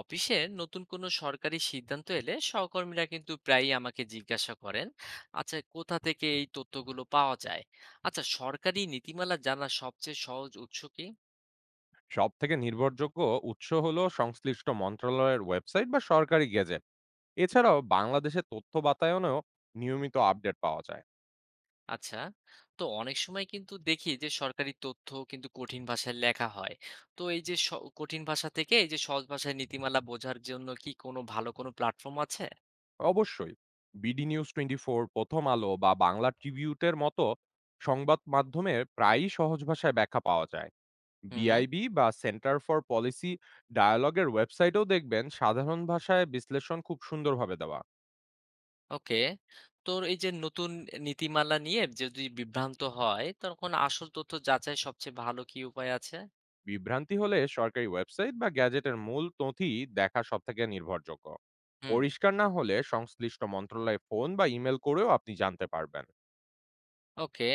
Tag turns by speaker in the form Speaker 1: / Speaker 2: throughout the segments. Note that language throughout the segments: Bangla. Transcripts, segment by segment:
Speaker 1: অফিসে নতুন কোনো সরকারি সিদ্ধান্ত এলে সহকর্মীরা কিন্তু প্রায়ই আমাকে জিজ্ঞাসা করেন, আচ্ছা কোথা থেকে এই তথ্যগুলো পাওয়া যায়, আচ্ছা সরকারি নীতিমালা জানার সবচেয়ে সহজ উৎস কি।
Speaker 2: সবথেকে নির্ভরযোগ্য উৎস হলো সংশ্লিষ্ট মন্ত্রণালয়ের ওয়েবসাইট বা সরকারি গেজেট। এছাড়াও বাংলাদেশের তথ্য বাতায়নেও নিয়মিত আপডেট পাওয়া যায়।
Speaker 1: আচ্ছা, তো অনেক সময় কিন্তু দেখি যে সরকারি তথ্য কিন্তু কঠিন ভাষায় লেখা হয়। তো এই যে কঠিন ভাষা থেকে এই যে সহজ ভাষায় নীতিমালা বোঝার জন্য কি কোনো ভালো প্ল্যাটফর্ম আছে?
Speaker 2: অবশ্যই বিডি নিউজ 24, প্রথম আলো বা বাংলা ট্রিবিউটের মতো সংবাদ মাধ্যমে প্রায়ই সহজ ভাষায় ব্যাখ্যা পাওয়া যায়।
Speaker 1: হুম।
Speaker 2: বিআইবি বা সেন্টার ফর পলিসি ডায়ালগের ওয়েবসাইটেও দেখবেন সাধারণ ভাষায় বিশ্লেষণ খুব সুন্দরভাবে দেওয়া।
Speaker 1: ওকে। তোর এই যে নতুন নীতিমালা নিয়ে যদি বিভ্রান্ত হয়, তখন আসল তথ্য যাচাই সবচেয়ে ভালো কি উপায় আছে?
Speaker 2: বিভ্রান্তি হলে সরকারি ওয়েবসাইট বা গ্যাজেটের মূল নথি দেখা সবথেকে নির্ভরযোগ্য।
Speaker 1: হুম।
Speaker 2: পরিষ্কার না হলে সংশ্লিষ্ট মন্ত্রণালয়ে ফোন বা ইমেল করেও আপনি জানতে পারবেন।
Speaker 1: ওকে।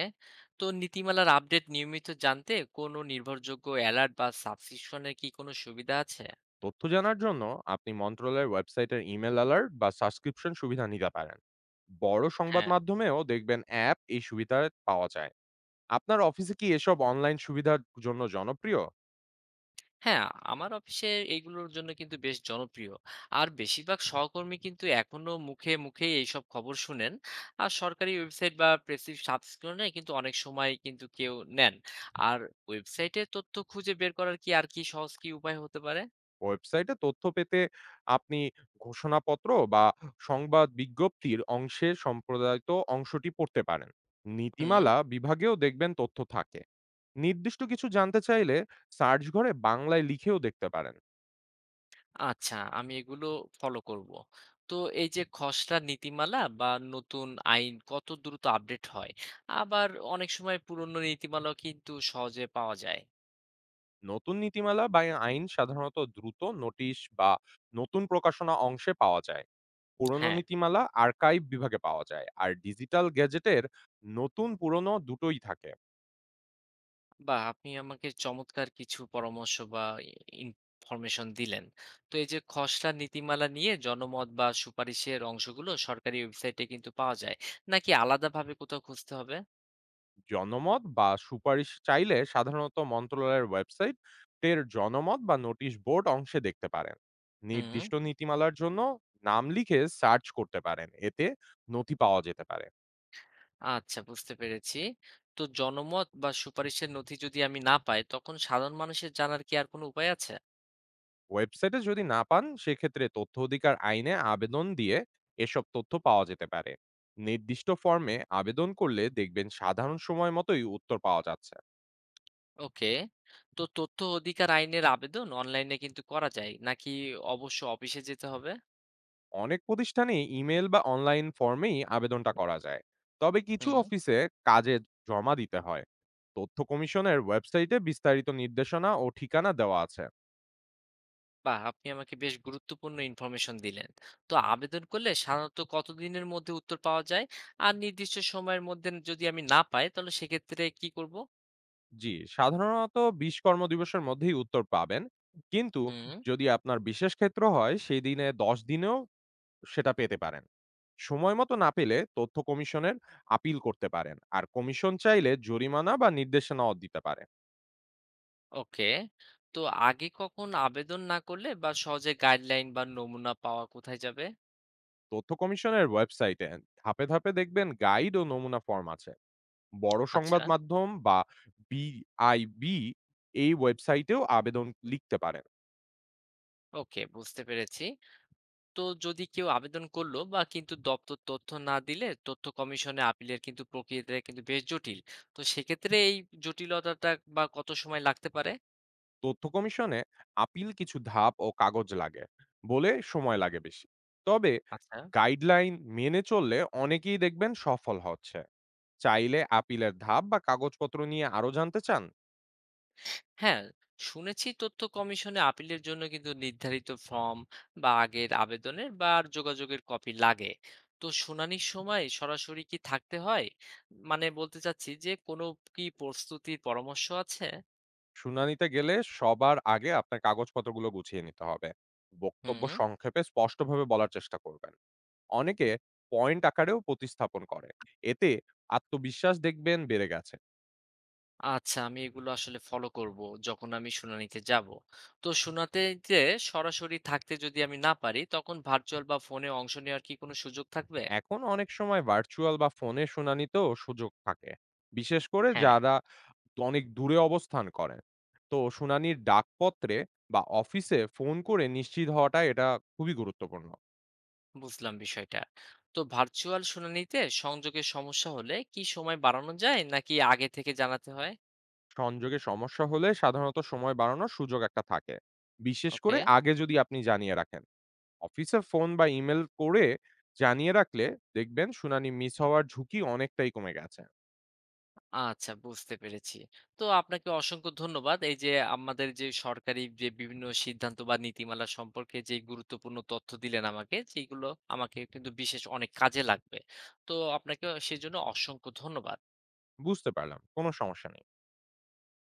Speaker 1: তো নীতিমালার আপডেট নিয়মিত জানতে কোনো নির্ভরযোগ্য অ্যালার্ট বা সাবস্ক্রিপশনের কি কোনো সুবিধা আছে?
Speaker 2: তথ্য জানার জন্য আপনি মন্ত্রণালয়ের ওয়েবসাইটের ইমেল অ্যালার্ট বা সাবস্ক্রিপশন সুবিধা নিতে পারেন। বড় সংবাদ
Speaker 1: হ্যাঁ।
Speaker 2: মাধ্যমেও দেখবেন অ্যাপ এই সুবিধা পাওয়া যায়। আপনার অফিসে কি এসব অনলাইন সুবিধার জন্য জনপ্রিয়?
Speaker 1: হ্যাঁ, আমার অফিসে এইগুলোর জন্য কিন্তু বেশ জনপ্রিয়। আর বেশিরভাগ সহকর্মী কিন্তু এখনো মুখেই এইসব খবর শুনেন। আর সরকারি ওয়েবসাইট বা প্রেসিভ সাবস্ক্রিপশনে কিন্তু অনেক সময় কিন্তু কেউ নেন। আর ওয়েবসাইটে তথ্য খুঁজে বের করার কি আর কি সহজ কি উপায় হতে পারে?
Speaker 2: ওয়েবসাইটে তথ্য পেতে আপনি ঘোষণাপত্র বা সংবাদ বিজ্ঞপ্তির অংশে সম্প্রদায়িত অংশটি পড়তে পারেন।
Speaker 1: হুম।
Speaker 2: নীতিমালা বিভাগেও দেখবেন তথ্য থাকে। নির্দিষ্ট কিছু জানতে চাইলে সার্চ ঘরে বাংলায় লিখেও দেখতে পারেন।
Speaker 1: আচ্ছা, আমি এগুলো ফলো করব। তো এই যে খসড়া নীতিমালা বা নতুন আইন কত দ্রুত আপডেট হয়? আবার অনেক সময় পুরনো নীতিমালাও কিন্তু সহজে পাওয়া যায়।
Speaker 2: নতুন নীতিমালা বা আইন সাধারণত দ্রুত নোটিশ বা নতুন প্রকাশনা অংশে পাওয়া যায়। পুরনো
Speaker 1: হ্যাঁ।
Speaker 2: নীতিমালা আর্কাইভ বিভাগে পাওয়া যায়, আর ডিজিটাল গ্যাজেটের নতুন পুরনো দুটোই থাকে।
Speaker 1: বাহ! আপনি আমাকে চমৎকার কিছু পরামর্শ বা ই ইনফরমেশন দিলেন। তো এই যে খসড়া নীতিমালা নিয়ে জনমত বা সুপারিশের অংশগুলো সরকারি ওয়েবসাইটে কিন্তু পাওয়া যায়। নাকি আলাদাভাবে কোথাও খুঁজতে হবে?
Speaker 2: জনমত বা সুপারিশ চাইলে সাধারণত মন্ত্রণালয়ের ওয়েবসাইট এর জনমত বা নোটিশ বোর্ড অংশে দেখতে পারেন।
Speaker 1: হুম।
Speaker 2: নির্দিষ্ট নীতিমালার জন্য নাম লিখে সার্চ করতে পারেন, এতে নথি পাওয়া যেতে পারে।
Speaker 1: আচ্ছা, বুঝতে পেরেছি। তো জনমত বা সুপারিশের নথি যদি আমি না পাই তখন সাধারণ মানুষের জানার কি আর কোনো উপায় আছে?
Speaker 2: ওয়েবসাইটে যদি না পান, সেক্ষেত্রে তথ্য অধিকার আইনে আবেদন দিয়ে এসব তথ্য পাওয়া যেতে পারে। নির্দিষ্ট ফর্মে আবেদন করলে দেখবেন সাধারণ সময় মতোই উত্তর পাওয়া যাচ্ছে।
Speaker 1: ওকে। তো তথ্য অধিকার আইনের আবেদন অনলাইনে কিন্তু করা যায় নাকি অবশ্য অফিসে যেতে হবে?
Speaker 2: অনেক প্রতিষ্ঠানে ইমেল বা অনলাইন ফর্মেই আবেদনটা করা যায়। তবে কিছু
Speaker 1: হুম।
Speaker 2: অফিসে কাজে জমা দিতে হয়। তথ্য কমিশনের ওয়েবসাইটে বিস্তারিত নির্দেশনা ও ঠিকানা দেওয়া আছে।
Speaker 1: বাহ! আপনি আমাকে বেশ গুরুত্বপূর্ণ ইনফরমেশন দিলেন। তো আবেদন করলে সাধারণত কতদিনের মধ্যে উত্তর পাওয়া যায়? আর নির্দিষ্ট সময়ের মধ্যে যদি আমি না পাই তাহলে সেক্ষেত্রে কি করব?
Speaker 2: জি, সাধারণত 20 কর্মদিবসের মধ্যেই উত্তর পাবেন। কিন্তু
Speaker 1: হুম।
Speaker 2: যদি আপনার বিশেষ ক্ষেত্র হয়, সেই দিনে 10 দিনেও সেটা পেতে পারেন। সময় মতো না পেলে তথ্য কমিশনের আপিল করতে পারেন, আর কমিশন চাইলে জরিমানা বা নির্দেশনাও দিতে পারে।
Speaker 1: ওকে। তো আগে কখন আবেদন না করলে বা সহজে গাইডলাইন বা নমুনা পাওয়া কোথায় যাবে?
Speaker 2: তথ্য কমিশনের ওয়েবসাইটে ধাপে ধাপে দেখবেন গাইড ও নমুনা ফর্ম আছে। বড় সংবাদ
Speaker 1: আচ্ছা।
Speaker 2: মাধ্যম বা বিআইবি এই ওয়েবসাইটেও আবেদন লিখতে পারেন।
Speaker 1: ওকে, বুঝতে পেরেছি। তো যদি কেউ আবেদন করলো বা কিন্তু দপ্তর তথ্য না দিলে তথ্য কমিশনে আপিলের কিন্তু প্রক্রিয়াটা কিন্তু বেশ জটিল। তো সেক্ষেত্রে এই জটিলতাটা বা কত সময় লাগতে পারে?
Speaker 2: তথ্য কমিশনে আপিল কিছু ধাপ ও কাগজ লাগে বলে সময় লাগে বেশি। তবে
Speaker 1: আচ্ছা।
Speaker 2: গাইডলাইন মেনে চললে অনেকেই দেখবেন সফল হচ্ছে। চাইলে আপিলের ধাপ বা কাগজপত্র নিয়ে আরো জানতে চান।
Speaker 1: হ্যাঁ, শুনেছি তথ্য কমিশনে আপিলের জন্য কিন্তু নির্ধারিত ফর্ম বা আগের আবেদনের বা আর যোগাযোগের কপি লাগে। তো শুনানির সময় সরাসরি কি থাকতে হয়, মানে বলতে চাচ্ছি যে কোনো কি প্রস্তুতির পরামর্শ আছে?
Speaker 2: শুনানিতে গেলে সবার আগে আপনার কাগজপত্রগুলো গুছিয়ে নিতে হবে। বক্তব্য
Speaker 1: হুম।
Speaker 2: সংক্ষেপে স্পষ্টভাবে বলার চেষ্টা করবেন। অনেকে পয়েন্ট আকারেও প্রতিস্থাপন করে, এতে আত্মবিশ্বাস দেখবেন বেড়ে গেছে।
Speaker 1: আচ্ছা, আমি এগুলো আসলে ফলো করব যখন আমি শুনানিতে যাব। তো শুনানিতে সরাসরি থাকতে যদি আমি না পারি তখন ভার্চুয়াল বা ফোনে অংশ নেওয়ার কি কোনো সুযোগ থাকবে?
Speaker 2: এখন অনেক সময় ভার্চুয়াল বা ফোনে শুনানিতেও সুযোগ থাকে, বিশেষ করে
Speaker 1: হ্যাঁ।
Speaker 2: যারা অনেক দূরে অবস্থান করেন। তো শুনানির ডাকপত্রে বা অফিসে ফোন করে নিশ্চিত হওয়াটা এটা খুবই গুরুত্বপূর্ণ।
Speaker 1: বুঝলাম বিষয়টা। তো ভার্চুয়াল শুনানিতে সংযোগের সমস্যা হলে কি সময় বাড়ানো যায় নাকি আগে থেকে জানাতে হয়?
Speaker 2: সংযোগে সমস্যা হলে সাধারণত সময় বাড়ানোর সুযোগ একটা থাকে, বিশেষ করে
Speaker 1: ওকে।
Speaker 2: আগে যদি আপনি জানিয়ে রাখেন। অফিসে ফোন বা ইমেল করে জানিয়ে রাখলে দেখবেন শুনানি মিস হওয়ার ঝুঁকি অনেকটাই কমে গেছে।
Speaker 1: আচ্ছা, বুঝতে পেরেছি। তো আপনাকে অসংখ্য ধন্যবাদ এই যে আমাদের যে সরকারি যে বিভিন্ন সিদ্ধান্ত বা নীতিমালা সম্পর্কে যে গুরুত্বপূর্ণ তথ্য দিলেন আমাকে, যেগুলো আমাকে কিন্তু বিশেষ অনেক কাজে লাগবে। তো আপনাকে সেজন্য অসংখ্য ধন্যবাদ।
Speaker 2: বুঝতে পারলাম, কোনো সমস্যা নেই।